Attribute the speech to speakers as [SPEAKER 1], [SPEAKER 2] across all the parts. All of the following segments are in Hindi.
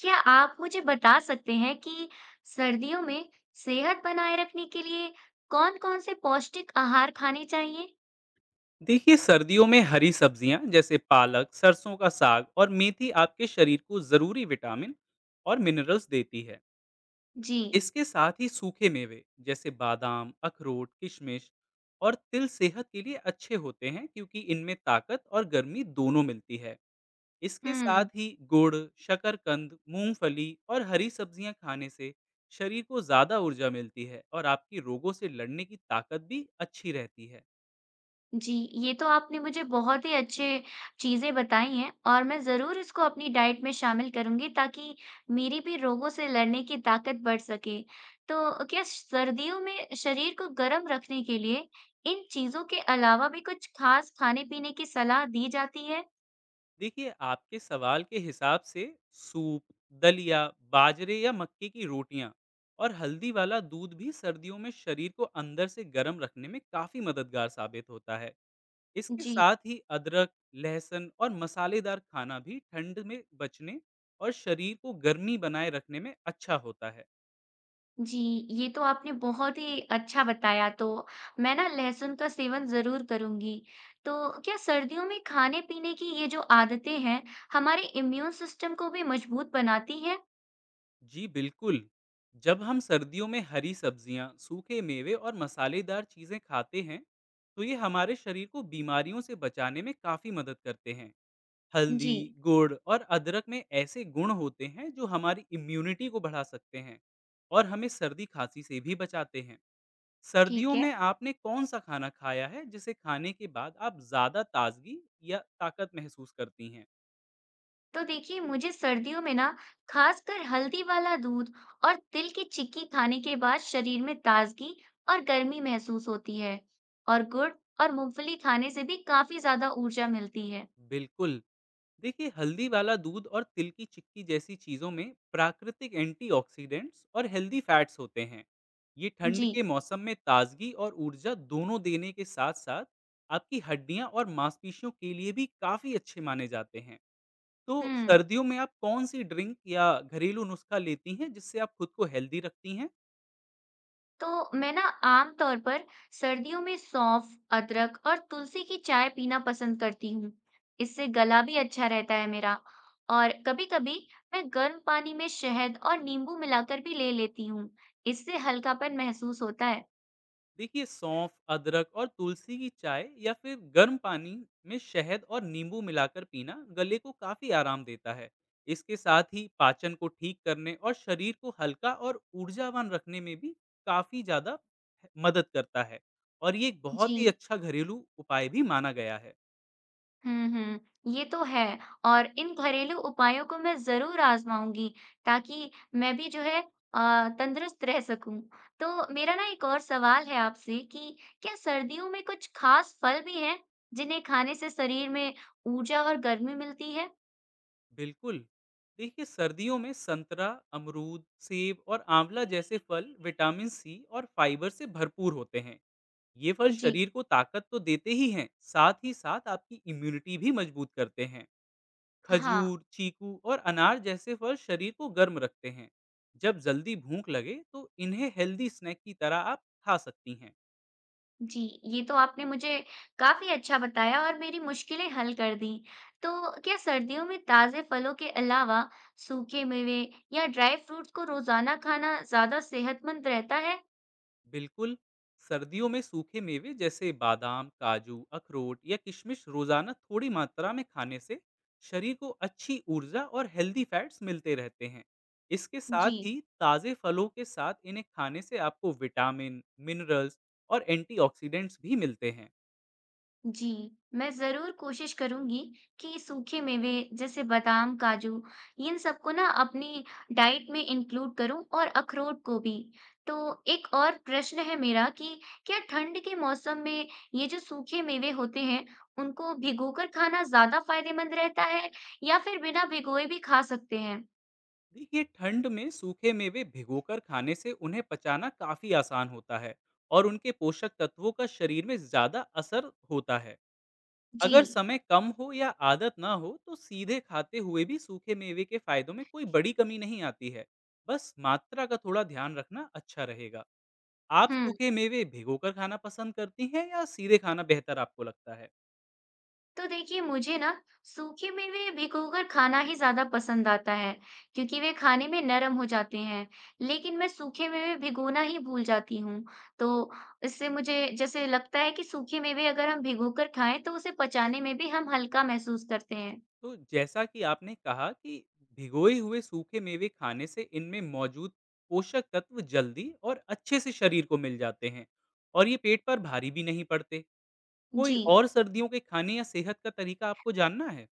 [SPEAKER 1] क्या आप मुझे बता सकते हैं कि सर्दियों में सेहत बनाए रखने के लिए कौन-कौन से पौष्टिक आहार खाने चाहिए?
[SPEAKER 2] देखिए, सर्दियों में हरी सब्जियां जैसे पालक, सरसों का साग और मेथी आपके शरीर को जरूरी विटामिन और मिनरल्स देती है।
[SPEAKER 1] जी।
[SPEAKER 2] इसके साथ ही सूखे मेवे जैसे बादाम, अखरोट, किशमिश और तिल सेहत के लिए अच्छे होते हैं क्योंकि इनमें ताकत और गर्मी दोनों मिलती है। इसके साथ
[SPEAKER 1] हुँ।
[SPEAKER 2] ही गुड़, शकरकंद, मूंगफली और हरी सब्जियां खाने से शरीर को ज़्यादा ऊर्जा मिलती है और आपकी रोगों से लड़ने की ताकत भी अच्छी रहती है।
[SPEAKER 1] जी, ये तो आपने मुझे बहुत ही अच्छे चीज़ें बताई हैं और मैं ज़रूर इसको अपनी डाइट में शामिल करूँगी ताकि मेरी भी रोगों से लड़ने की ताकत बढ़ सके। तो क्या सर्दियों में शरीर को गर्म रखने के लिए इन चीज़ों के अलावा भी कुछ खास खाने-पीने की सलाह दी जाती है?
[SPEAKER 2] देखिए, आपके सवाल के हिसाब से सूप, दलिया, बाजरे या मक्के की रोटियां और हल्दी वाला दूध भी सर्दियों में शरीर को अंदर से गर्म रखने में काफी मददगार साबित होता है। इसके
[SPEAKER 1] जी।
[SPEAKER 2] साथ ही अदरक, लहसुन और मसालेदार खाना भी ठंड में बचने और शरीर को गर्मी बनाए रखने में अच्छा होता है।
[SPEAKER 1] जी, ये तो आपने बहुत ही अच्छा बताया, तो मैं ना लहसुन का सेवन ज़रूर करूँगी। तो क्या सर्दियों में खाने-पीने की ये जो आदतें हैं, हमारे इम्यून सिस्टम को भी मजबूत बनाती हैं?
[SPEAKER 2] जी बिल्कुल। जब हम सर्दियों में हरी सब्जियां, सूखे मेवे और मसालेदार चीजें खाते हैं, तो ये हमारे शरीर को बीमारियों से बचाने में काफी मदद करते हैं। हल्दी,
[SPEAKER 1] जी,
[SPEAKER 2] गुड़ और अदरक में ऐसे गुण होते हैं जो हमारी इम्यूनिटी को बढ़ा सकते हैं और हमें सर्दी खांसी से भी बचाते हैं।
[SPEAKER 1] ठीक
[SPEAKER 2] सर्दियों
[SPEAKER 1] है।
[SPEAKER 2] में आपने कौन सा खाना खाया है जिसे खाने के बाद आप ज्यादा ताजगी या ताकत महसूस करती हैं?
[SPEAKER 1] तो देखिए, मुझे सर्दियों में ना खासकर हल्दी वाला दूध और तिल की चिक्की खाने के बाद शरीर में ताज़गी और गर्मी महसूस होती है। और गुड़ और मूँगफली खाने से भी काफ़ी ज़्यादा ऊर्जा मिलती है।
[SPEAKER 2] बिल्कुल। देखिए, हल्दी वाला दूध और तिल की चिक्की जैसी चीज़ों में प्राकृतिक एंटीऑक्सीडेंट्स और हेल्दी फैट्स होते हैं। ये ठंड
[SPEAKER 1] जी।
[SPEAKER 2] के मौसम में ताजगी और ऊर्जा दोनों देने के साथ साथ आपकी हड्डियां और मांसपेशियों के लिए भी काफ़ी अच्छे माने जाते हैं। तो
[SPEAKER 1] हुँ।
[SPEAKER 2] सर्दियों में आप कौन सी ड्रिंक या घरेलू नुस्खा लेती हैं जिससे आप खुद को हेल्दी रखती हैं?
[SPEAKER 1] तो मैं ना आमतौर पर सर्दियों में सौंफ, अदरक और तुलसी की चाय पीना पसंद करती हूँ। इससे गला भी अच्छा रहता है मेरा। और कभी-कभी मैं गर्म पानी में शहद और नींबू मिलाकर भी ले लेती हूँ। इससे हल्कापन महसूस होता है।
[SPEAKER 2] देखिए, सौंफ, अदरक और तुलसी की चाय या फिर गर्म पानी में शहद और नींबू मिलाकर पीना गले को काफी आराम देता है। इसके साथ ही पाचन को ठीक करने और शरीर को हल्का और ऊर्जावान रखने में भी काफी ज्यादा मदद करता है और ये एक
[SPEAKER 1] जी।
[SPEAKER 2] बहुत ही अच्छा घरेलू उपाय भी माना गया है।
[SPEAKER 1] हुँ, हुँ। ये तो है, और इन घरेलू उपायों को मैं ज़रूर आज़माऊँगी ताकि मैं भी जो है तंदुरुस्त रह सकूँ। तो मेरा ना एक और सवाल है आपसे कि क्या सर्दियों में कुछ खास फल भी हैं जिन्हें खाने से शरीर में ऊर्जा और गर्मी मिलती है?
[SPEAKER 2] बिल्कुल। देखिए, सर्दियों में संतरा, अमरूद, सेब और आंवला जैसे फल विटामिन सी और फाइबर से भरपूर होते हैं। ये फल
[SPEAKER 1] जी।
[SPEAKER 2] शरीर को ताकत तो देते ही हैं, साथ ही साथ आपकी इम्यूनिटी भी मजबूत करते हैं।
[SPEAKER 1] हाँ।
[SPEAKER 2] खजूर, चीकू और अनार जैसे फल शरीर को गर्म रखते हैं। जब जल्दी भूख लगे, तो इन्हें हेल्दी स्नैक की तरह आप खा सकती हैं।
[SPEAKER 1] जी, ये तो आपने मुझे काफ़ी अच्छा बताया और मेरी मुश्किलें हल कर दी। तो क्या सर्दियों में ताज़े फलों के अलावा सूखे मेवे या ड्राई फ्रूट्स को रोज़ाना खाना ज़्यादा सेहतमंद रहता है?
[SPEAKER 2] बिल्कुल, सर्दियों में सूखे मेवे जैसे बादाम, काजू, अखरोट या किशमिश रोजाना थोड़ी मात्रा में खाने से शरीर को अच्छी ऊर्जा और हेल्दी फैट्स मिलते रहते हैं। इसके साथ
[SPEAKER 1] जी।
[SPEAKER 2] ही ताज़े फलों के साथ इन्हें खाने से आपको विटामिन, मिनरल्स और एंटीऑक्सीडेंट्स भी मिलते हैं।
[SPEAKER 1] जी, मैं जरूर कोशिश करूंगी कि सूखे मेवे जैसे बादाम, काजू, इन सबको ना अपनी डाइट में इंक्लूड करूं, और अखरोट को भी। तो एक और प्रश्न है मेरा कि क्या ठंड के मौसम में ये जो सूखे मेवे होते हैं, उनको भिगोकर खाना ज्यादा फायदेमंद रहता है या फिर बिना भिगोए भी खा सकते हैं?
[SPEAKER 2] देखिए, ठंड में सूखे मेवे भिगोकर खाने से उन्हें पचाना काफ़ी आसान होता है और उनके पोषक तत्वों का शरीर में ज़्यादा असर होता है।
[SPEAKER 1] जी।
[SPEAKER 2] अगर समय कम हो या आदत ना हो तो सीधे खाते हुए भी सूखे मेवे के फायदों में कोई बड़ी कमी नहीं आती है। बस मात्रा का थोड़ा ध्यान रखना अच्छा रहेगा। आप
[SPEAKER 1] हम्म।
[SPEAKER 2] सूखे मेवे भिगोकर खाना पसंद करती हैं या सीधे खाना बेहतर आपको लगता है?
[SPEAKER 1] तो देखिए, मुझे ना सूखे मेवे भिगोकर खाना ही ज्यादा पसंद आता है क्योंकि वे खाने में नरम हो जाते हैं। लेकिन मैं सूखे मेवे भिगोना ही भूल जाती हूँ। तो इससे मुझे जैसे लगता है कि सूखे मेवे अगर हम भिगोकर खाएं तो उसे पचाने में भी हम हल्का महसूस करते हैं।
[SPEAKER 2] तो जैसा कि आपने कहा कि भिगोए हुए सूखे मेवे खाने से इनमें मौजूद पोषक तत्व जल्दी और अच्छे से शरीर को मिल जाते हैं और ये पेट पर भारी भी नहीं पड़ते। कोई
[SPEAKER 1] जी।
[SPEAKER 2] और सर्दियों के खाने या सेहत का तरीका आपको जानना है?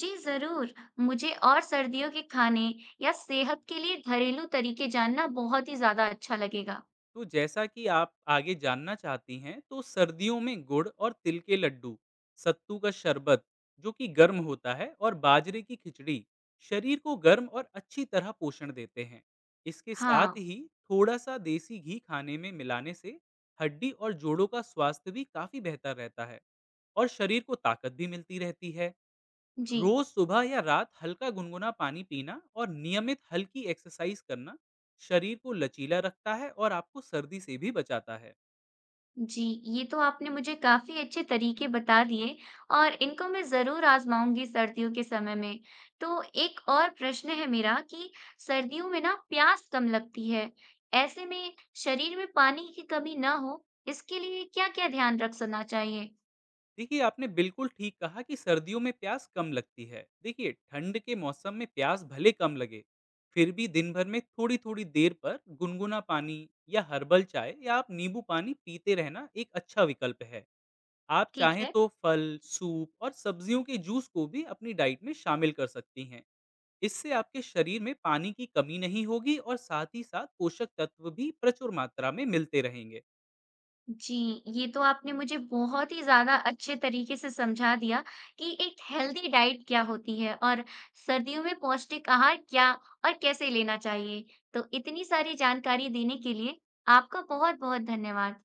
[SPEAKER 1] जी जरूर, मुझे और सर्दियों के खाने या सेहत के लिए घरेलू तरीके जानना बहुत ही ज्यादा अच्छा लगेगा।
[SPEAKER 2] तो जैसा कि आप आगे जानना चाहती हैं, तो सर्दियों में गुड़ और तिल के लड्डू, सत्तू का शरबत जो कि गर्म होता है, और बाजरे की खिचड़ी शरीर को गर्म और अच्छी तरह पोषण देते हैं। इसके साथ
[SPEAKER 1] हाँ।
[SPEAKER 2] ही थोड़ा सा देसी घी खाने में मिलाने से हड्डी और जोड़ों का स्वास्थ्य भी काफी बेहतर रहता है और शरीर को ताकत भी मिलती रहती है।
[SPEAKER 1] जी।
[SPEAKER 2] रोज सुबह या रात हल्का गुनगुना पानी पीना और नियमित हल्की एक्सरसाइज करना शरीर को लचीला रखता है और आपको सर्दी से भी बचाता है।
[SPEAKER 1] जी, ये तो आपने मुझे काफ़ी अच्छे तरीके बता दिए और इनको मैं ज़रूर आज़माऊँगी सर्दियों के समय में। तो एक और प्रश्न है मेरा कि सर्दियों में ना प्यास कम लगती है। ऐसे में शरीर में पानी की कमी ना हो, इसके लिए क्या-क्या ध्यान रखना चाहिए?
[SPEAKER 2] देखिए, आपने बिल्कुल ठीक कहा कि सर्दियों में प्यास कम लगती है। देखिए, ठंड के मौसम में प्यास भले कम लगे, फिर भी दिन भर में थोड़ी थोड़ी देर पर गुनगुना पानी या हर्बल चाय या आप नींबू पानी पीते रहना एक अच्छा विकल्प है। आप
[SPEAKER 1] ठीक
[SPEAKER 2] चाहें
[SPEAKER 1] है।
[SPEAKER 2] तो फल, सूप और सब्जियों के जूस को भी अपनी डाइट में शामिल कर सकती हैं। इससे आपके शरीर में पानी की कमी नहीं होगी और साथ ही साथ पोषक तत्व भी प्रचुर मात्रा में मिलते रहेंगे।
[SPEAKER 1] जी, ये तो आपने मुझे बहुत ही ज़्यादा अच्छे तरीके से समझा दिया कि एक हेल्दी डाइट क्या होती है और सर्दियों में पौष्टिक आहार क्या और कैसे लेना चाहिए। तो इतनी सारी जानकारी देने के लिए आपका बहुत-बहुत धन्यवाद।